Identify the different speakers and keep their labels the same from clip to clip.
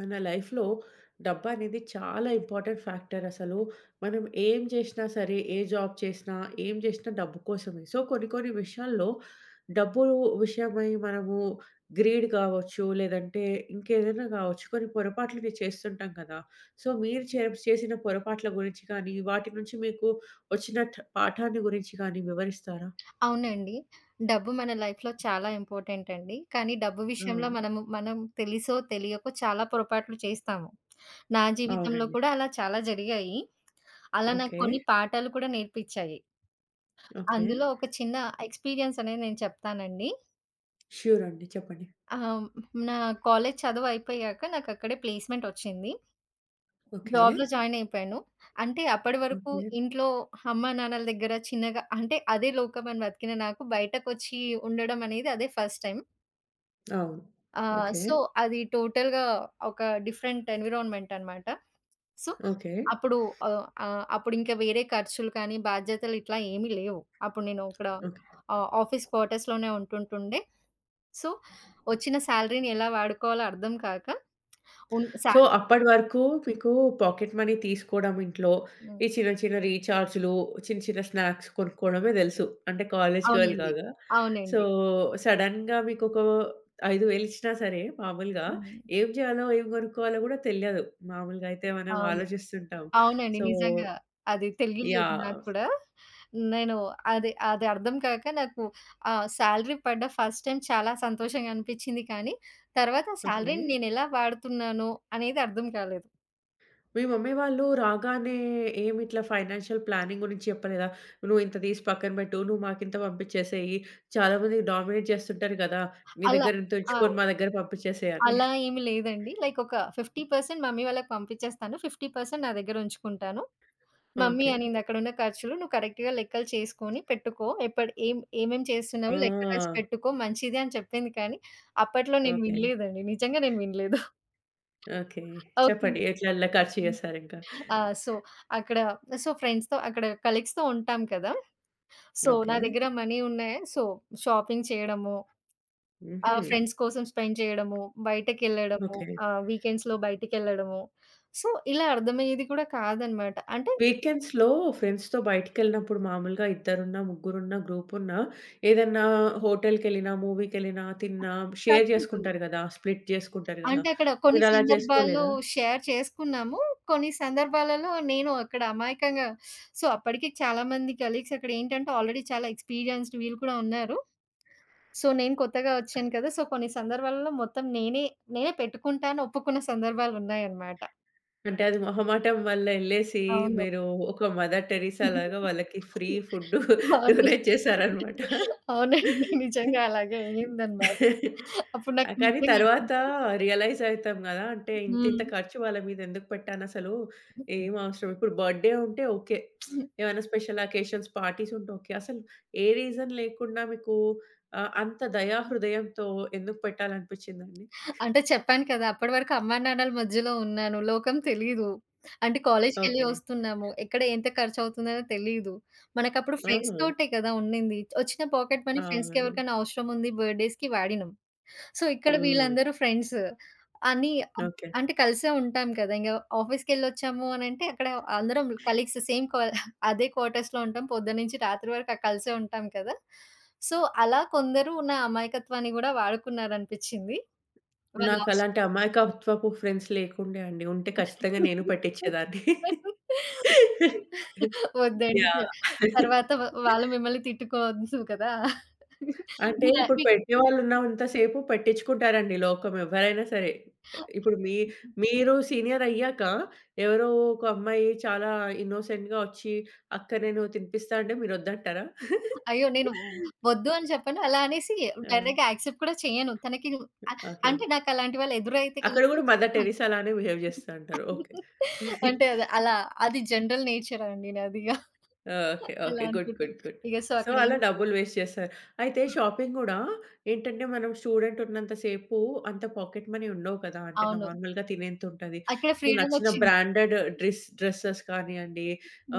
Speaker 1: మన లైఫ్‌లో డబ్బనేది చాలా ఇంపార్టెంట్ ఫ్యాక్టర్ అసలు. మనం ఏం చేషినా సరే, ఏ జాబ్ చేసినా, ఏం చేషినా డబ్బు కోసమే. సో, కొన్ని కొన్ని విషయాల్లో డబ్బు విషయమై మనము గ్రీడ్ కావచ్చు, లేదంటే ఇంకేదైనా కావచ్చు, కొన్ని పొరపాట్లని చేస్తుంటాం కదా! సో, మీరు చేసిన పొరపాట్ల గురించి కానీ, వాటి నుంచి మీకు వచ్చిన పాఠాన్ని గురించి కానీ వివరిస్తారా?
Speaker 2: అవునండి. డబ్బు మన లైఫ్‌లో చాలా ఇంపార్టెంట్ అండి. కానీ డబ్బు విషయంలో
Speaker 1: అవును.
Speaker 2: మనం తెలిసో తెలియకో చాలా పొరపాట్లు చేస్తాము. నా జీవితంలో
Speaker 1: అవునండి.
Speaker 2: కూడా అలా చాలా జరిగాయి. అలా నాకు
Speaker 1: ఓకే.
Speaker 2: కొన్ని పాఠాలు కూడా నేర్పించాయి.
Speaker 1: ఓకే.
Speaker 2: అందులో ఒక చిన్న ఎక్స్‌పీరియన్స్ అనేది నేను చెప్తానండి.
Speaker 1: ష్యూర్ అండి. చెప్పండి.
Speaker 2: ఆహ్, నా కాలేజ్ చదువు అయిపోయాక నాకు అక్కడే ప్లేస్‌మెంట్ వచ్చింది.
Speaker 1: ఓకే.
Speaker 2: జాబ్‌లో జాయిన్ అయిపోయాను. అంటే అప్పటి వరకు
Speaker 1: ఓకే.
Speaker 2: ఇంట్లో అమ్మా, నాన్నల దగ్గర చిన్నగా అంటే అదే లోకం అని బతికిన నాకు బయటకొచ్చి ఉండడం అనేది అదే ఫస్ట్ టైమ్.
Speaker 1: అవును.
Speaker 2: ఆ!
Speaker 1: ఓకే.
Speaker 2: సో, అది టోటల్‌గా ఒక డిఫరెంట్ ఎన్విరాన్మెంట్ అనమాట. So,
Speaker 1: okay.
Speaker 2: అప్పుడు ఆహ్, ఆహ్, అప్పుడింక వేరే ఖర్చులు కానీ, బాధ్యతలు ఇట్లా ఏమీ లేవు. అప్పుడు నేను ఇక్కడ
Speaker 1: ఓకే.
Speaker 2: ఆఫీస్ క్వార్టర్స్‌లోనే ఉంటుంటుండే. సో, వచ్చిన శాలరీని ఎలా వాడుకోవాలో అర్థం కాక ఉన్
Speaker 1: సో,
Speaker 2: శాల
Speaker 1: అప్పటి వరకు మీకు పాకెట్ మనీ తీసుకోవడం ఇంట్లో,
Speaker 2: హ్మ్.
Speaker 1: ఈ చిన్న చిన్న రీచార్జ్‌లు, చిన్న చిన్న స్నాక్స్ కొనుక్కోవడమే తెలుసు. అంటే కాలేజ్ గర్ల్
Speaker 2: అవునండి.
Speaker 1: కాగా. సో,
Speaker 2: అవునండి.
Speaker 1: సడెన్‌గా మీకొక 5,000 ఇచ్చినా సరే మామూలుగా
Speaker 2: హ్మ్.
Speaker 1: ఏం చేయాలో, ఏం కొనుక్కోవాలో కూడా తెలియదు. మామూలుగా అయితే మనం
Speaker 2: అవును.
Speaker 1: ఆలోచిస్తుంటాం.
Speaker 2: అవునండి.
Speaker 1: సో,
Speaker 2: నిజంగా. అది తెలియలేదు నాకు
Speaker 1: యాహ్!
Speaker 2: కూడా. నేను అది అది అర్థం కాక నాకు ఆ సాలరీ పడ్డ ఫస్ట్ టైమ్ చాలా సంతోషంగా అనిపిచ్చింది కానీ, తర్వాత
Speaker 1: ఓకే.
Speaker 2: సాలరీని నేనెలా వాడుతున్నానో అనేది అర్థం కాలేదు.
Speaker 1: మీ మమ్మీ వాళ్ళు రాగానే ఏమి ఇట్లా ఫైనాన్షియల్ ప్లానింగ్ గురించి చెప్పలేదా? "నువ్వు ఇంత తీసి పక్కన పెట్టు. నువ్వు మాకింత పంపించేసేయి. చాలామంది డామినేట్ చేస్తుంటారు కదా! నీ
Speaker 2: అలా
Speaker 1: దగ్గర ఇంత
Speaker 2: ఆ!
Speaker 1: ఉంచుకొని మా దగ్గర పంపించేసేయి" అని.
Speaker 2: అలా ఏమి లేదండి. లైక్ ఒక 50% మమ్మీ వాళ్ళకి పంపిచ్చేస్తాను. 50% నా దగ్గర ఉంచుకుంటాను. Mummy
Speaker 1: okay.
Speaker 2: అనింది, "అక్కడున్న ఖర్చులు నువ్వు కరెక్ట్‌గా లెక్కలు చేసుకొని పెట్టుకో. ఎప్పటి ఏం ఏమేం చేస్తున్నావో లెక్క రాసి
Speaker 1: ఆ!
Speaker 2: పెట్టుకో మంచిది" అని చెప్పింది కానీ, అప్పట్లో నేను
Speaker 1: ఓకే.
Speaker 2: వినలేదండి. నిజంగా నేను వినలేదు.
Speaker 1: ఓకే.
Speaker 2: ఓకే.
Speaker 1: చెప్పండి. ఎలా ఖర్చు చేసారింకా?
Speaker 2: ఆ! సో, అక్కడ ఫ్రెండ్స్‌తో అక్కడ కలీగ్స్‌తో ఉంటాం కదా! సో, నా
Speaker 1: ఓకే.
Speaker 2: దగ్గర మనీ ఉన్నాయి. సో, షాపింగ్ చేయడము,
Speaker 1: హుహు.
Speaker 2: ఫ్రెండ్స్ కోసం స్పెండ్ చేయడము, బయటకెళ్ళడము,
Speaker 1: ఓకే.
Speaker 2: వీకెండ్స్‌లో బయటికెళ్ళడము. సో, ఇలా అర్థమయ్యేది కూడా కాదనమాట. అంటే
Speaker 1: వీకెండ్స్‌లో ఫ్రెండ్స్‌తో బయటికెళ్ళినప్పుడు మామూలుగా ఇద్దరున్నా, ముగ్గురున్నా, గ్రూపున్నా ఏదన్నా హోటల్‌కెళ్ళినా, మూవీకెళ్ళినా, తిన్నా షేర్
Speaker 2: ఖర్చుంటుంది.
Speaker 1: జేసుకుంటారు గదా! స్ప్లిట్ జేసుకుంటారు గదా!
Speaker 2: అంటే అక్కడ కొన్ని
Speaker 1: మీరలా
Speaker 2: సందర్భాల్లో
Speaker 1: చేసుకోలేదా?
Speaker 2: షేర్ చేసుకున్నాము. కొన్ని సందర్భాలలో నేను అక్కడ అమాయకంగా సో, అప్పటికి చాలామంది కలీగ్స్ అక్కడ ఏంటంటే ఆల్రెడీ చాలా ఎక్స్‌పీరియన్స్‌డ్ వీళ్ళు కూడా ఉన్నారు. సో, నేను కొత్తగా వచ్చాను కదా! సో, కొన్ని సందర్భాలలో మొత్తం నేనే పెట్టుకుంటా అని ఒప్పుకున్న సందర్భాలున్నాయన్నమాట.
Speaker 1: అంటే అది మొహమాటం వల్ల ఎళ్ళేసి
Speaker 2: అవును.
Speaker 1: మీరు ఒక మదర్ టెరిసా లాగా వాళ్ళకి ఫ్రీ ఫుడ్డు
Speaker 2: అవును.
Speaker 1: డొనేట్ చేశారనమాట.
Speaker 2: అవునండి. నిజంగా అలాగే అయిందన్నమాట. అప్పుడు
Speaker 1: ఆ!
Speaker 2: నాకు
Speaker 1: కానీ
Speaker 2: నిజంగా
Speaker 1: తర్వాత
Speaker 2: అనిపించింది.
Speaker 1: రియలైజ్ అయితాం గదా! అంటే
Speaker 2: హ్మ్.
Speaker 1: ఇంతింత ఖర్చు వాళ్ళ మీద ఎందుకు పెట్టానసలు, ఏం అవసరం. ఇప్పుడు బర్త్‌డే ఉంటే ఓకే. ఏమైనా స్పెషల్ అకేషన్స్, పార్టీస్ ఉంటే ఓకే. అసలు ఏ రీజన్ లేకుండా మీకు ఆహ్, అంత దయా హృదయంతో ఎందుకు పెట్టాలనిపిచ్చిందండి?
Speaker 2: అంటే చెప్పాను కదా! అప్పటి వరకు అమ్మానాన్నల మధ్యలో ఉన్నాను. లోకం తెలీదు. అంటే కాలేజ్‌కెళ్ళి
Speaker 1: ఓకే.
Speaker 2: వస్తున్నాము. ఎక్కడ ఎంత ఖర్చవుతుందనో తెలీదు. మనకప్పుడు ఫ్రెండ్స్
Speaker 1: ఆహా!
Speaker 2: తోటే కదా ఉండింది. వచ్చిన పాకెట్ మనీ ఫ్రెండ్స్‌కి
Speaker 1: అవును.
Speaker 2: ఎవరికైనా అవసరం ఉంది బర్త్‌డేస్‌కి వాడినాం. సో, ఇక్కడ
Speaker 1: హ్మ్.
Speaker 2: వీళ్ళందరూ ఫ్రెండ్స్ అని అం
Speaker 1: ఓకే.
Speaker 2: అంటే కలిసే ఉంటాం కదా! ఆఫీస్‌కెళ్ళొచ్చాము అనంటే అక్కడ అందరం కలీగ్స్ సేమ్ క్వా అదే క్వార్టర్స్‌లో ఉంటాం. పొద్దున్న నుంచి రాత్రి వరకు కలిసే ఉంటాం కదా! సో, అలా కొందరు నా అమాయకత్వాన్ని గూడా వాడుకున్నారనిపిచ్చింది. వాళ్ళ అవసరం.
Speaker 1: నాకలాంటి అమాయకత్వపు ఫ్రెండ్స్ లేకుండే అండి. ఉంటే ఖచ్చితంగా నేను పెట్టిచ్చేదాన్ని.
Speaker 2: వద్దండి.
Speaker 1: యాహ్!
Speaker 2: తర్వాత వాళ్ళు మిమ్మల్ని తిట్టుకోవచ్చు కదా!
Speaker 1: అంటే
Speaker 2: మీలా
Speaker 1: ఇప్పుడు
Speaker 2: మీ
Speaker 1: పెట్టేవాళ్ళున్నంత సేపు పెట్టించుకుంటారండి లోకం ఎవ్వరైనా సరే. ఇప్పుడు మీ మీరు సీనియర్ అయ్యాక ఎవరో ఒక అమ్మాయి చాలా ఇన్నోసెంట్‌గా వచ్చి, "అక్క నేను తినిపిస్తా" అంటే మీరొద్దంటారా?
Speaker 2: అయ్యో! నేను వద్దు అని చెప్పను. అలా అనేసి
Speaker 1: ఆ!
Speaker 2: డైరెక్ట్‌గా యాక్సెప్ట్ కూడా చేయను. తనకి అ
Speaker 1: ఓకే.
Speaker 2: అంటే నాకు అలాంటి వాళ్ళు ఎదురైతే
Speaker 1: అక్కడ
Speaker 2: గనుక
Speaker 1: గూడా
Speaker 2: నేను
Speaker 1: మదర్
Speaker 2: చెప్తాను.
Speaker 1: టెరిసా లానే బిహేవ్ జేస్తా అంటారు. ఓకే.
Speaker 2: అంటే అది అలా అది జనరల్ నేచర్ అండి నాదిగ.
Speaker 1: ఓకే.
Speaker 2: అలా
Speaker 1: ఓకే. గుడ్.
Speaker 2: అనుకుంటా.
Speaker 1: గుడ్. గుడ్.
Speaker 2: ఇగ సో
Speaker 1: సో,
Speaker 2: అక్కడ ఏం
Speaker 1: అలా డబ్బులు వేస్ట్ చేశారు. అయితే
Speaker 2: హ్మ్.
Speaker 1: షాపింగ్ గూడా ఏంటంటే, మనం స్టూడెంట్ ఉన్నంత సేపు అంత పాకెట్ మనీ ఉండవు కదా! అంటే
Speaker 2: అవును.
Speaker 1: నార్మల్‌గా తినేంతుంటది.
Speaker 2: అక్కడ
Speaker 1: ఇప్పుడు
Speaker 2: ఫ్రీడమ్
Speaker 1: నచ్చిన
Speaker 2: ఒచ్చింది.
Speaker 1: బ్రాండెడ్ డ్రెసెస్ కానియండి,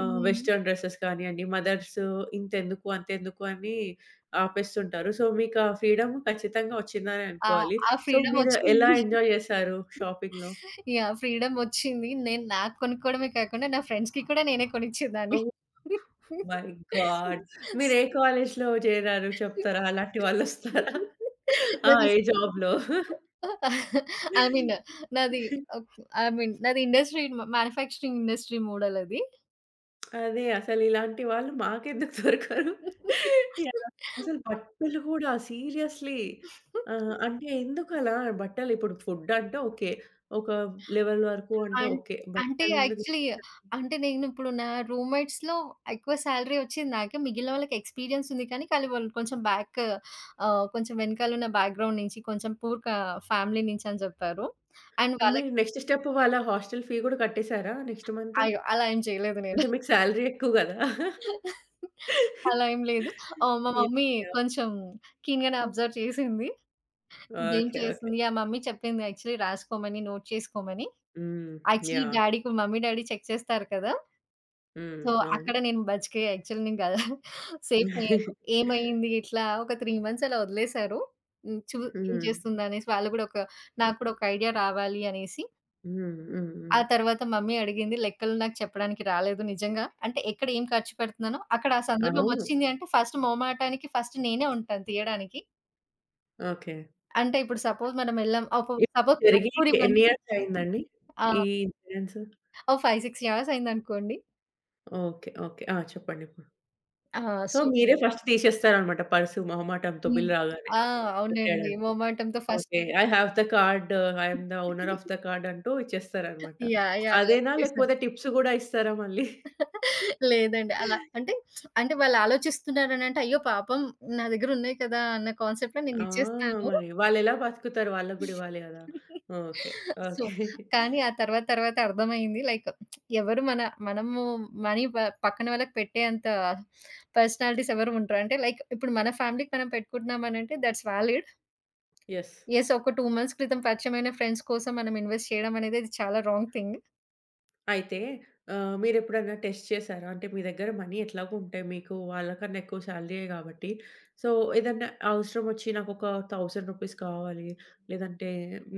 Speaker 1: ఆహ్, వెస్టర్న్ డ్రెసెస్ కానియండి, మదర్స్ ఇంతెందుకు, అంతెందుకు అని ఆపేస్తుంటారు. సో, మీకా ఫ్రీడమ్ ఖచ్చితంగా వచ్చిందనే
Speaker 2: ఆ!
Speaker 1: అనుకోవాలి.
Speaker 2: ఆ
Speaker 1: సో,
Speaker 2: ఫ్రీడమ్
Speaker 1: మీరు
Speaker 2: ఒచ్చింది.
Speaker 1: ఎలా ఎంజాయ్ చేశారు షాపింగ్‌లో?
Speaker 2: యాహ్! ఫ్రీడమ్ ఒచ్చింది. నేను నాకు కొనుక్కోవడమే కాకుండా నా ఫ్రెండ్స్‌కి కూడా నేనే కొనిచ్చేదాన్ని.
Speaker 1: My God! మీరు ఏ కాలేజ్‌లో చేరారు చెప్తారా? అలాంటి వాళ్ళొస్తారా? ఆ!
Speaker 2: నాది
Speaker 1: ఏ జాబ్‌లో?
Speaker 2: ఐ మీన్ నాది ఆహ్, ఐ మీన్ నాది ఇండస్ట్రీ మ్యానుఫ్యాక్చరింగ్ ఇండస్ట్రీ మోడల్ అది.
Speaker 1: అదే అసలు ఇలాంటి వాళ్ళు మాకెందుకు దొరకరు. యాహ్! అసలు బట్టలు కూడా సీరియస్‌లీ. ఆహ్, అంటే ఎందుకలా బట్టలు ఇప్పుడు ఫుడ్ అంటే ఓకే. ఒక లెవెల్ వరకు అంటే
Speaker 2: అన్
Speaker 1: ఓకే.
Speaker 2: అంటే
Speaker 1: బట్టలు ఎందుకు
Speaker 2: యాక్చువల్లీ
Speaker 1: ఇప్పించారు?
Speaker 2: అంటే నేనిప్పుడు నా రూమ్‌మేట్స్‌లో ఎక్కువ సాలరీ ఒచ్చింది నాకే. మిగిలిన వాళ్ళకి ఎక్స్‌పీరియన్స్ ఉంది కానీ వాళ్ళు కొంచెం కొంచెం వెనకాలున్న బ్యాక్‌గ్రౌండ్ నుంచి, కొంచెం పూర్ క ఫ్యామిలీ నుంచి అని జెప్పారు. అండ్ వాళ్ళకి
Speaker 1: మీరు నెక్స్ట్ స్టెప్ వాళ్ళ హాస్టల్ ఫీ కూడా కట్టేసారా నెక్స్ట్ మంత్?
Speaker 2: అయ్యో! అలా ఏం చేయలేదు నేను.
Speaker 1: అంటే మీకు సాలరీ ఎక్కువ కదా!
Speaker 2: అలా ఏం లేదు. మా
Speaker 1: Ja,
Speaker 2: మమ్మీ
Speaker 1: ja.
Speaker 2: కొంచెం కీన్‌గానే అబ్జర్వ్ చేసింది. ఇదేం
Speaker 1: Okay, okay.
Speaker 2: చేస్తుంది? ఆ మమ్మీ చెప్పింది యాక్చువల్లీ రాసుకోమని, నోట్ చేసుకోమని.
Speaker 1: Mhm.
Speaker 2: Actually
Speaker 1: Ja.
Speaker 2: డ్యాడీకి మమ్మీ, డ్యాడీ చెక్ చేస్తారు కదా! సో, అక్కడ నేను బతికే యాక్చువల్లీ నేను గదా! Safe
Speaker 1: Mhm. అవును.
Speaker 2: అయ్యాను. ఏమైంది ఇట్లా ఒక 3 మంత్స్ అలా వదిలేశారు. హ్మ్. ఏం
Speaker 1: హ్మ్.
Speaker 2: చేస్తుందనేసి వాళ్ళు గూడా నాకు కూడా ఒక ఐడియా రావాలి అనేసి.
Speaker 1: హ్మ్. హ్మ్.
Speaker 2: ఆ
Speaker 1: హ్మ్.
Speaker 2: తర్వాత మమ్మీ అడిగింది లెక్కలు నాకు చెప్పడానికి రాలేదు నిజంగా. అంటే ఎక్కడ ఏం ఖర్చు పెడుతున్నానో అక్కడ ఆ సందర్భం
Speaker 1: అవును.
Speaker 2: వచ్చింది అంటే ఫస్ట్ మొహమాటానికి ఫస్ట్ నేనే ఉంటాను తీయడానికి.
Speaker 1: ఓకే.
Speaker 2: అంటే ఇప్పుడు సపోజ్ మనం ఎళ్ళాం ఒక
Speaker 1: ఇది
Speaker 2: సపోజ్
Speaker 1: జరిగి
Speaker 2: పానీపూరి
Speaker 1: ఎన్ని
Speaker 2: బండి.
Speaker 1: ఇయర్స్ అయిందండి?
Speaker 2: ఆ!
Speaker 1: ఈ ఇన్సిడెన్స్?
Speaker 2: ఓ 5, 6 అవర్స్ అయిందనుకోండి.
Speaker 1: ఓకే. ఓకే. ఆ! చెప్పండి ఇప్పుడు.
Speaker 2: ఆ!
Speaker 1: సో,
Speaker 2: సో
Speaker 1: మీరే ఫస్ట్ తీసేస్తారనమాట పర్సు మొహమాటంతో
Speaker 2: హ్మ్.
Speaker 1: బిల్ రాగానే.
Speaker 2: ఆ! అవునండి.
Speaker 1: కట్టేయడానికి.
Speaker 2: మొహమాటంతో first
Speaker 1: okay. I have the card. I am the owner of the card అంటూ ఇచ్చేస్తారనమాట.
Speaker 2: యాహ్!
Speaker 1: అదేనా?
Speaker 2: చేశాను.
Speaker 1: లేకపోతే టిప్స్ గూడా ఇస్తారా మళ్ళీ?
Speaker 2: లేదండి. అంటే వాళ్ళు ఆలోచిస్తున్నారనంటే, అయ్యో పాపం నా దగ్గర ఉన్నాయి కదా! అన్న కాన్సెప్ట్‌లో
Speaker 1: ఆ!
Speaker 2: నేనిచ్చేస్తాను.
Speaker 1: మరి వాళ్ళెలా బతుకుతారు? వాళ్ళకి గూడా ఇవ్వాలి గదా! ఓకే.
Speaker 2: So,
Speaker 1: okay.
Speaker 2: కానీ ఆ తర్వాత తర్వాత అర్థమయింది. లైక్ ఎవరు మన మనము మనీ ప పక్కన వాళ్ళకి పెట్టేంత పర్సనాలిటీస్ ఎవరు ఉండరు. అంటే లైక్ ఇప్పుడు మన ఫ్యామిలీకి మనం పెట్టుకుంటున్నామనంటే థట్స్ వాలిడ్.
Speaker 1: యెస్.
Speaker 2: యెస్ ఒక 2 మంత్స్ క్రితం పరిచయమైన ఫ్రెండ్స్ కోసం మనం ఇన్వెస్ట్ చేయడం అనేది అది చాలా రాంగ్ థింగ్.
Speaker 1: అయితే ఆహ్, మీరెప్పుడైనా టెస్ట్ చేసారా? అంటే మీ దగ్గర మనీ ఎట్లాగో ఉంటాయి. మీకు వాళ్ళకన్నా ఎక్కువ శాలరీయే గాబట్టి. సో, ఏదన్నా అవసరం ఒచ్చి నాకొక రూ. 1000 కావాలి. లేదంటే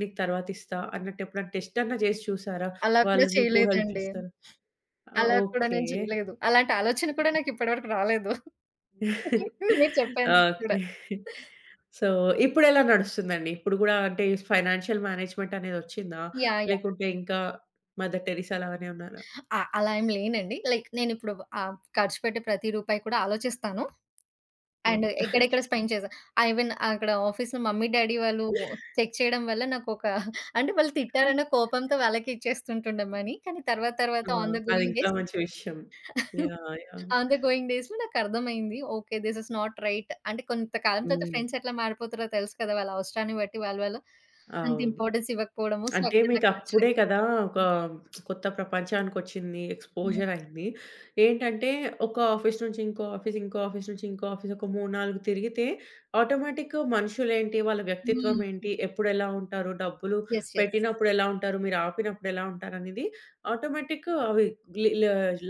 Speaker 1: నీకు తర్వాత ఇస్తా అన్నట్టు ఎప్పుడైనా టెస్ట్ అన్నా చేసి చూసారా?
Speaker 2: అలా కూడా
Speaker 1: వాళ్ళు మీకు హెల్ప్
Speaker 2: చేయలేదండి.
Speaker 1: చేస్తారా? ఆ!
Speaker 2: అలా కూడా
Speaker 1: ఓకే.
Speaker 2: నేను చేయలేదు. అలాంటి ఆలోచన కూడా నాకిప్పటి వరకు రాలేదు. మీరు చెప్పేందుకు కూడా.
Speaker 1: ఓకే. సో, ఇప్పుడెలా నడుస్తుందండి? ఇప్పుడు గూడా అంటే ఫైనాన్షియల్ మేనేజ్‌మెంట్ అనేదొచ్చిందా?
Speaker 2: యాహ్!
Speaker 1: లేకుంటే ఇంకా మదర్ టెరిసా లాగానే ఉన్నారా?
Speaker 2: అలా ఏం లేనండి. లైక్ నేనిప్పుడు ఖర్చు పెట్టే ప్రతి రూపాయి కూడా ఆలోచిస్తాను. అండ్
Speaker 1: ఓహ్!
Speaker 2: ఎక్కడెక్కడ స్పెండ్ చేశా ఐవెన్ అక్కడ ఆఫీస్‌లో మమ్మీ, డ్యాడీ వాళ్ళు చెక్ చేయడం వల్ల నాకొక అంటే వాళ్ళు తిట్టారన్న కోపంతో వాళ్ళకే ఇచ్చేస్తుంటుండే మనీ. కానీ తర్వాత తర్వాత
Speaker 1: ఆ!
Speaker 2: ఆన్ ద గోయింగ్
Speaker 1: అదింకా
Speaker 2: డేస్
Speaker 1: మంచి విషయం. Yeah! Yeah!
Speaker 2: On the going డేస్‌లో నాకర్థమైంది. ఓకే. This is not right. అంటే కొంతకాలం తర్వాత
Speaker 1: హ్మ్.
Speaker 2: ఫ్రెండ్స్ ఎట్లా మారిపోతారో తెలుసు కదా! వాళ్ళ అవసరాన్ని బట్టి వాళ్ళు వాళ్ళు అంత
Speaker 1: అవును.
Speaker 2: ఇంపార్టెన్స్ ఇవ్వకపోవడము. సో,
Speaker 1: అంటే
Speaker 2: అక్కడ నాకు
Speaker 1: మీకప్పుడే
Speaker 2: నచ్చలేదు.
Speaker 1: కదా! ఒక కొత్త ప్రపంచానికొచ్చింది.
Speaker 2: హ్మ్.
Speaker 1: ఎక్స్‌పోజర్ అయింది. ఏంటంటే ఒక ఆఫీస్ నుంచి ఇంకో ఆఫీస్, ఇంకో ఆఫీస్ నుంచి ఇంకో ఆఫీస్ ఒక 3, 4 తిరిగితే ఆటోమేటిక్‌గా మనుషులేంటి, వాళ్ళ
Speaker 2: హ్మ్.
Speaker 1: వ్యక్తిత్వం ఏంటి, ఎప్పుడెలా ఉంటారు, డబ్బులు
Speaker 2: యెస్. యెస్.
Speaker 1: పెట్టినప్పుడు ఎలా ఉంటారు, మీరు ఆపినప్పుడు ఎలా ఉంటారనేది ఆటోమేటిక్ అవి లి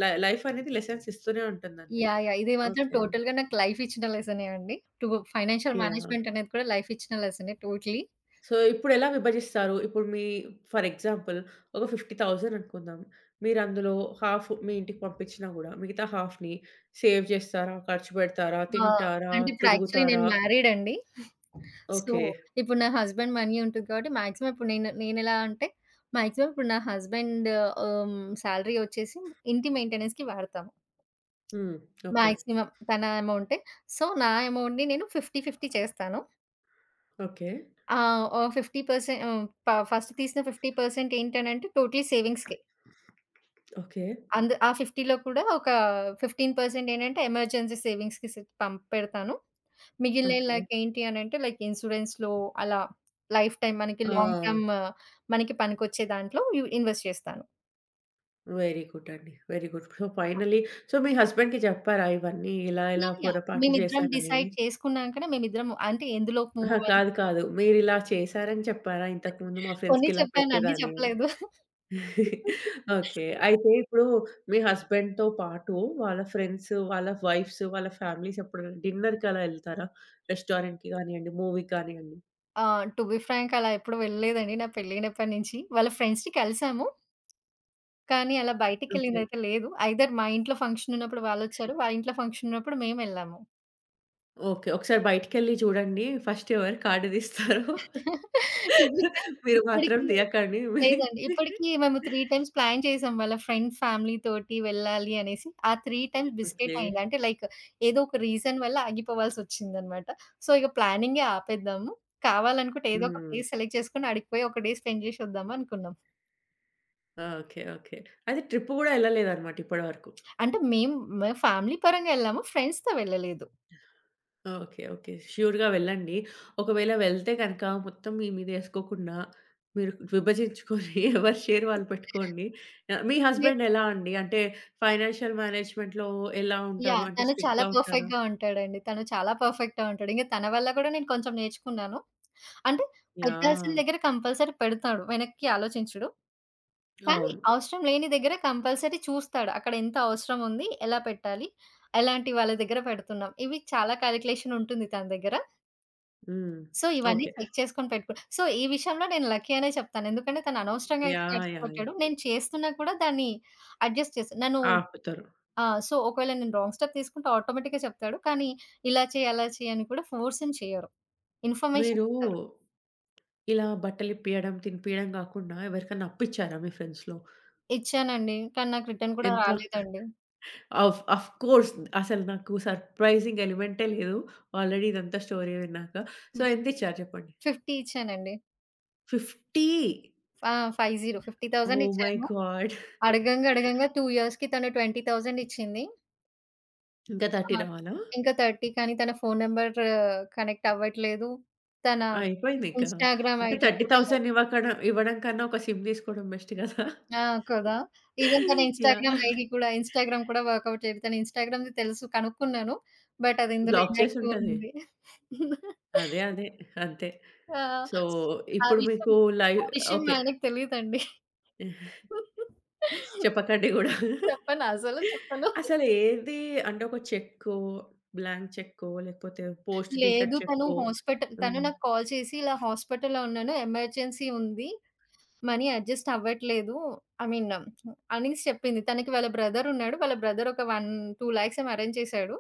Speaker 1: ల లైఫ్ అనేది లెసన్స్ ఇస్తూనే ఉంటుందండి.
Speaker 2: యాహ్! ఇది మాత్రం
Speaker 1: ఓకే.
Speaker 2: టోటల్‌గా నాకు లైఫ్ ఇచ్చిన లెసనే అండి. To financial
Speaker 1: yeah!
Speaker 2: మేనేజ్‌మెంట్ అనేది కూడా లైఫ్ ఇచ్చిన లెసనే టోటలీ.
Speaker 1: సో, ఇప్పుడెలా విభజిస్తారు? ఇప్పుడు మీ ఫర్ ఎగ్జాంపుల్ ఒక 50,000 అనుకుందాం. మీరందులో హాఫ్ మీ ఇంటికి పంపించినా గూడా, మిగతా హాఫ్‌ని సేవ్ చేస్తారా? ఖర్చు పెడతారా?
Speaker 2: ఆ!
Speaker 1: తింటారా?
Speaker 2: అంటే ఇప్పుడు యాక్చువల్లీ నేను
Speaker 1: తిరుగుతారా?
Speaker 2: మ్యారీడ్ అండి. So,
Speaker 1: okay.
Speaker 2: ఇప్పుడు నా హస్బెండ్ మనీ ఉంటుంది కాబట్టి మాక్సిమం ఇప్పుడు నేను నేనెలా అంటే, మాక్సిమం ఇప్పుడు నా హస్బెండ్ ఆహ్, సాలరీ వచ్చేసి ఇంటి మెయింటెనెన్స్‌కి వాడతాము.
Speaker 1: హ్మ్. ఓకే.
Speaker 2: మాక్సిమం తన అమౌంటే. సో, నా అమౌంట్‌ని నేను 50, 50 చేస్తాను.
Speaker 1: ఓకే.
Speaker 2: ఆహ్, ఓ 50% ఆహ్, ప ఫస్ట్ తీసిన 50% ఏంటనంటే టోటలీ సేవింగ్స్‌కే.
Speaker 1: ఓకే.
Speaker 2: ఆ 50లో కూడా ఒక 15% ఏంటంటే ఎమర్జెన్సీ సేవింగ్స్‌కి స్ పం పెడతాను. మిగిలినయి
Speaker 1: ఓకే.
Speaker 2: లైక్ ఏంటి అనంటే లైక్ ఇన్సూరెన్స్‌లో అలా లైఫ్ టైమ్ మనకి
Speaker 1: ఆ!
Speaker 2: లాంగ్ టర్మ్ మనకి పనికొచ్చే దాంట్లో యు ఇన్వెస్ట్ చేస్తాను.
Speaker 1: వెరీ గుడ్ అండి. Very good. So, finally so, మీ హస్బెండ్‌కి చెప్పారా ఇవన్నీ ఇలా, ఇలా
Speaker 2: యాహ్!
Speaker 1: పొరపాట్లు
Speaker 2: మేమిద్దరం డిసైడ్
Speaker 1: చేశాననేది?
Speaker 2: చేసుకున్నాంకనే మేమిద్దరం అంటే ఎందులోకి
Speaker 1: అహా!
Speaker 2: మూవ్ అని
Speaker 1: కాదు. కాదు. మీరిలా చేశారని చెప్పారా? ఇంతకుముందు మా
Speaker 2: కొన్ని
Speaker 1: ఫ్రెండ్స్‌కి ఇలా
Speaker 2: చెప్పాను అన్నీ
Speaker 1: పెట్టేదాన్ని అని.
Speaker 2: చెప్పలేదు.
Speaker 1: ఓకే. అయితే ఇప్పుడు మీ హస్బెండ్‌తో పాటు వాళ్ళ ఫ్రెండ్స్, వాళ్ళ వైఫ్స్, వాళ్ళ ఫ్యామిలీస్ ఎప్పుడైనా డిన్నర్‌కి అలా ఎళ్తారా? రెస్టారెంట్‌కి గానియండి, మూవీకి గానియండి.
Speaker 2: ఆ! టు బి ఫ్రాంక్ అలా ఎప్పుడు వెళ్ళలేదండి నా పెళ్ళైనప్పటి నుంచి. వాళ్ళ ఫ్రెండ్స్‌ని కలిసాము. కానీ అలా
Speaker 1: ఓకే.
Speaker 2: బయటికెళ్ళిందయితే లేదు. ఐదర్ మా ఇంట్లో ఫంక్షన్ ఉన్నప్పుడు వాళ్ళొచ్చారు. వాళ్ళ ఇంట్లో ఫంక్షన్ ఉన్నప్పుడు మేమెళ్ళాము.
Speaker 1: ఓకే. ఒకసారి బయటికెళ్ళి జూడండి. ఫస్ట్ ఎవరు కార్డ్ తీస్తారో
Speaker 2: టు బి ఫ్రాంక్
Speaker 1: మీరు మాత్రం
Speaker 2: ఇక్కడికి
Speaker 1: తీయకండి.
Speaker 2: లేదండి. ఇప్పటికి మేము 3 టైమ్స్ ప్లాన్ చేసాం. వాళ్ళ ఫ్రెండ్ ఫ్యామిలీ తోటి వెళ్ళాలి అనేసి. ఆ 3 టైమ్స్
Speaker 1: ఓకే.
Speaker 2: బిస్కెట్ అయింది. అంటే లైక్ ఏదో ఒక రీజన్ వల్ల ఆగిపోవాల్సొచ్చిందనమాట. సో, ఇక ప్లానింగే ఆపేద్దాము. కావాలనుకుంటే ఏదో ఒక
Speaker 1: హ్మ్.
Speaker 2: ప్లేస్ సెలెక్ట్ చేసుకొని ఆడికి పోయి ఒక డే స్పెండ్ చేసొద్దాం అనుకున్నాం.
Speaker 1: ఓకే. ఓకే. అయితే ట్రిప్ గూడా ఎళ్ళలేదన్నమాట ఇప్పటి వరకు.
Speaker 2: అంటే మేము మేము ఫ్యామిలీ పరంగా ఎళ్ళాము. ఫ్రెండ్స్‌తో వెళ్ళలేదు.
Speaker 1: ఓకే. ఓకే. ష్యూర్‌గా వెళ్ళండి. ఒకవేళ వెళ్తే గనక మొత్తం మీ మీద ఏసుకోకుండా మీరు విభజించుకొని ఎవరి షేర్ వాళ్ళు పెట్టుకోండి. ఆహ్, మీ
Speaker 2: లే
Speaker 1: హస్బెండ్ ఎలా అండి? అంటే ఫైనాన్షియల్ మేనేజ్‌మెంట్‌లో ఎలా ఉంటారు?
Speaker 2: యాహ్!
Speaker 1: అంటే
Speaker 2: తను చాలా
Speaker 1: స్ట్రిక్ట్‌గా ఉంటారా?
Speaker 2: పర్ఫెక్ట్‌గా ఉంటాడండి. తను చాలా పర్ఫెక్ట్‌గా ఉంటాడు. ఇంక తన వల్ల కూడా నేను కొంచెం నేర్చుకున్నాను. అంటే పెట్టాల్సిన
Speaker 1: యాహ్!
Speaker 2: దగ్గర కంపల్సరీ పెడతాడు. వెనక్కి ఆలోచించడు. కానీ
Speaker 1: అవును.
Speaker 2: అవసరం లేని దగ్గర కంపల్సరీ చూస్తాడు. అక్కడ ఎంత అవసరం ఉంది? ఎలా పెట్టాలి? ఎలాంటి వాళ్ళ దగ్గర పెడుతున్నాం? ఇవి చాలా కాలిక్యులేషన్ ఉంటుంది తన దగ్గర.
Speaker 1: హ్మ్.
Speaker 2: సో, ఇవన్నీ
Speaker 1: ఓకే.
Speaker 2: చెక్ చేసుకొని పెట్టుకు సో, ఈ విషయంలో నేను లక్కీ అనే చెప్తాను. ఎందుకంటే తను అనవసరంగా అయితే
Speaker 1: యాహ్!
Speaker 2: ఖర్చు
Speaker 1: యాహ్! యాహ్!
Speaker 2: పెట్టాడు. నేను చేస్తున్నా కూడా దాన్ని అడ్జస్ట్ చేసి నన్ను
Speaker 1: ఆపుతారు.
Speaker 2: సో, ఒకవేళ నేను రాంగ్ స్టెప్ తీసుకుంటే ఆటోమేటిక్‌గా చెప్తాడు. కానీ ఇలా చేయి, అలా చేయి అని కూడా ఫోర్స్ ఏం చేయరు. ఇన్ఫర్మేషన్
Speaker 1: మీరు
Speaker 2: ఇస్తారు.
Speaker 1: ఇలా బట్టలిప్పియడం, తినిపియడం గాకుండా ఎవరికన్నా అప్పిచ్చారా మీ ఫ్రెండ్స్‌లో?
Speaker 2: ఇచ్చానండి. కానీ నాకు రిటర్న్ కూడా
Speaker 1: ఎంత?
Speaker 2: రాలేదండి.
Speaker 1: Of of course. అసలు నాకు సర్ప్రైజింగ్ ఎలిమెంటే లేదు. ఆల్రెడీ ఇదంతా స్టోరీ విన్నాక. సో, ఎంతిచ్చారు చెప్పండి?
Speaker 2: 50 ఇచ్చానండి.
Speaker 1: 50
Speaker 2: ఆ! 50 50,000
Speaker 1: ఓహ్ మై
Speaker 2: ఇచ్చాను.
Speaker 1: గాడ్!
Speaker 2: అడగంగా అడగంగా 2 ఇయర్స్‌కి తను 20,000 ఇచ్చింది.
Speaker 1: ఇంకా
Speaker 2: ఆ!
Speaker 1: 30 రావాలా?
Speaker 2: ఇంకా 30 కానీ తన ఫోను నంబర్ కనెక్ట్ అవ్వట్లేదు. తన
Speaker 1: అయిపోయిందింకా.
Speaker 2: ఇన్‌స్టాగ్రామ్
Speaker 1: అంటే
Speaker 2: ఐడీ కూడా
Speaker 1: 30,000 ఇవ్వకడ ఇవ్వడం కన్నా ఒక సిమ్ తీసుకోవడం బెస్ట్ గదా!
Speaker 2: ఆ! కదా! ఈవెన్ తన ఇన్‌స్టాగ్రామ్
Speaker 1: యాహ్!
Speaker 2: ఐడీ కూడా ఇన్‌స్టాగ్రామ్ కూడా వర్కౌట్ చేయదు. తన ఇన్‌స్టాగ్రామ్‌ది తెలుసు కనుక్కున్నాను. బట్ అది ఇందులో
Speaker 1: బ్లాక్
Speaker 2: ఇనాక్టివ్ అని
Speaker 1: చేసుంటది.
Speaker 2: ఉంది.
Speaker 1: అదే. అదే. అంతే.
Speaker 2: ఆ!
Speaker 1: సో,
Speaker 2: ఆ
Speaker 1: ఇప్పుడు
Speaker 2: విషయం
Speaker 1: మీకు లైవ్
Speaker 2: ఆ విషయం మా
Speaker 1: ఓకే.
Speaker 2: ఆయనకి తెలీదండి.
Speaker 1: చెప్పకండి గూడా.
Speaker 2: చెప్పను అసలు చెప్పను.
Speaker 1: అసలు ఏది అంటే ఒక చెక్కో, బ్లాంక్ చెక్కో లేకపోతే పోస్ట్ డేటెడ్
Speaker 2: లేదు.
Speaker 1: చెక్కో
Speaker 2: తను
Speaker 1: హ్మ్.
Speaker 2: నాకు కాల్ చేసి ఇలా హాస్పిటల్‌లో ఉన్నాను. ఎమర్జెన్సీ ఉంది. మనీ అడ్జస్ట్ అవ్వట్లేదు. ఐ మీన్ అనేసి చెప్పింది. తనకి వాళ్ళ బ్రదర్ ఉన్నాడు. వాళ్ళ బ్రదర్ ఒక 1, 2 లాక్స్ ఏమో అరేంజ్ చేశాడు.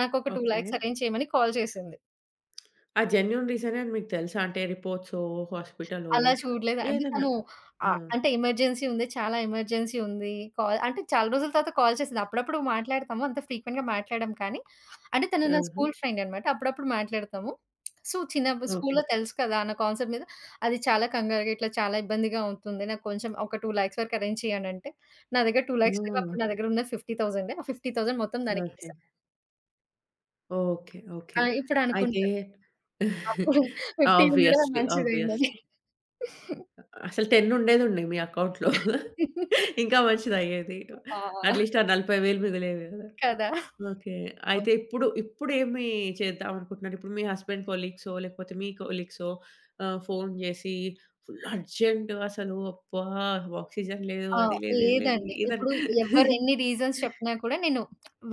Speaker 2: నాకొక 2
Speaker 1: ఓకే.
Speaker 2: లాక్స్ అరేంజ్ చేయమని కాల్ చేసింది.
Speaker 1: ఆ జెన్యూన్ రీజనే అని మీకు తెలుసా? అంటే రిపోర్ట్సో, హాస్పిటలో
Speaker 2: అలా చూడలేదు.
Speaker 1: ఏదన్నా. ఆ!
Speaker 2: అంటే ఎమర్జెన్సీ ఉంది. చాలా ఎమర్జెన్సీ ఉంది. కాల్ అంటే చాలా రోజుల తర్వాత కాల్ చేసింది. అప్పుడప్పుడు మాట్లాడతాము. అంత ఫ్రీక్వెంట్‌గా మాట్లాడము కానీ, అంటే తను నా
Speaker 1: హుహు.
Speaker 2: స్కూల్ ఫ్రెండ్ అనమాట. అప్పుడప్పుడు మాట్లాడతాము. సో, చిన్నప్పుడు
Speaker 1: ఓకే.
Speaker 2: స్కూల్‌లో తెలుసు కదా! అన్న కాన్సెప్ట్ మీద అది చాలా కంగారుగా ఇట్లా చాలా ఇబ్బందిగా ఉంటుంది. నాకు కొంచెం ఒక 2,00,000 వరకు అరేంజ్ చెయ్యి అనంటే, నా దగ్గర
Speaker 1: ఆ!
Speaker 2: 2,00,000 లేవు. అప్పుడు నా దగ్గర ఉన్నది 50,000 ఆ 50,000 మొత్తం దానికి
Speaker 1: ఓకే.
Speaker 2: ఏసా.
Speaker 1: ఓకే.
Speaker 2: ఆ!
Speaker 1: ఓకే.
Speaker 2: ఇప్పుడు
Speaker 1: అయితే
Speaker 2: అనుకుంటాను. అప్పుడు 50 ఉండడం
Speaker 1: ఆబ్వియస్‌లీ. ఆబ్వియస్‌లీ.
Speaker 2: మంచిదయిందని.
Speaker 1: అసలు 10 ఉండేదుండే మీ అకౌంట్‌లో. ఇంకా మంచిదయ్యేది.
Speaker 2: ఆ!
Speaker 1: అట్‌లీస్ట్ ఆ 40,000 మిగిలేవి గదా!
Speaker 2: కదా!
Speaker 1: ఓకే.
Speaker 2: అవ్
Speaker 1: అయితే ఇప్పుడు, ఇప్పుడేమి చేద్దామనుకుంటున్నారు? ఇప్పుడు మీ హస్బెండ్ కొలీగ్సో, లేకపోతే మీ కొలీగ్సో ఆహ్, ఫోను జేసి ఫుల్ అర్జెంట్ అసలు అబ్బా! ఆక్సిజన్ లేదు.
Speaker 2: ఆ!
Speaker 1: అది లేదు, ఇది లేదు.
Speaker 2: లేదండి.
Speaker 1: ఏదన్
Speaker 2: ఇప్పుడు ఎవరు ఎన్ని రీజన్స్ చెప్పినా కూడా నేను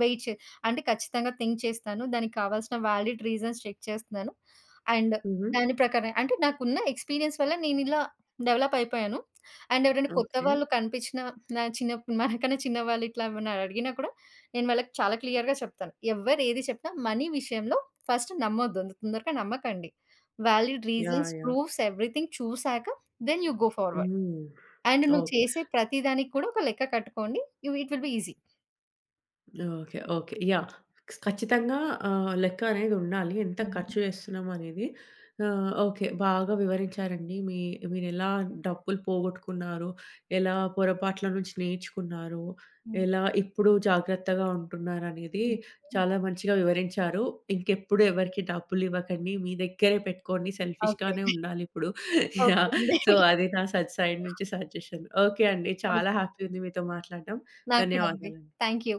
Speaker 2: వెయిట్ చే అంటే ఖచ్చితంగా థింక్ చేస్తాను. దానికి కావాల్సిన వాలిడ్ రీజన్స్ చెక్ చేస్తున్నాను. అండ్
Speaker 1: హుహు.
Speaker 2: దాని ప్రకారం అంటే నాకున్న ఎక్స్‌పీరియన్స్ వల్ల నేనిలా డెవలప్ అయిపోయాను. అండ్ ఎవరైనా కొత్త
Speaker 1: ఓకే.
Speaker 2: వాళ్ళు కనిపించిన నా చిన్న మనకన్నా చిన్నవాళ్ళు ఇట్లా ఏమన్నా అడిగినా కూడా నేను వాళ్ళకి చాలా క్లియర్‌గా చెప్తాను. ఎవ్వరు ఏది చెప్పినా మనీ విషయంలో ఫస్ట్ నమ్మొద్దు. అంత తొందరగా నమ్మకండి. Valid
Speaker 1: yeah!
Speaker 2: Reasons,
Speaker 1: yeah!
Speaker 2: Proofs everything చూసాక దెన్ యూ గో ఫార్వర్డ్.
Speaker 1: హ్మ్.
Speaker 2: అండ్ నువ్వు
Speaker 1: ఓకే.
Speaker 2: చేసే ప్రతి దానికి కూడా ఒక లెక్క కట్టుకోండి. It will be easy.
Speaker 1: Okay. Okay. Yeah! ఖచ్చితంగా ఆహ్, లెక్క అనేదుండాలి. ఎంత
Speaker 2: హ్మ్.
Speaker 1: ఖర్చు చేస్తున్నాం అనేది. ఆహ్, ఓకే. బాగా వివరించారండి. మీ మీరెలా డబ్బులు పోగొట్టుకున్నారు, ఎలా పొరపాట్ల నుంచి నేర్చుకున్నారు,
Speaker 2: హ్మ్.
Speaker 1: ఎలా ఇప్పుడు జాగ్రత్తగా ఉంటున్నారనేది
Speaker 2: హ్మ్.
Speaker 1: చాలా మంచిగా వివరించారు. ఇంకెప్పుడు ఎవరికీ డబ్బులివ్వకండి. మీ దగ్గరే పెట్టుకోండి.
Speaker 2: ఓకే.
Speaker 1: సెల్ఫిష్‌గానే ఉండాలిప్పుడు.
Speaker 2: Okay
Speaker 1: yeah!
Speaker 2: అండి.
Speaker 1: సో, అది నా సైడ్ నుంచి సజెషన్. ఓకే అండి.
Speaker 2: ఓకే.
Speaker 1: చాలా హ్యాపీ ఉంది మీతో మాట్లాడడం.
Speaker 2: నాకు కూడా అండి.
Speaker 1: ధన్యవాదాలండి.
Speaker 2: Thank you.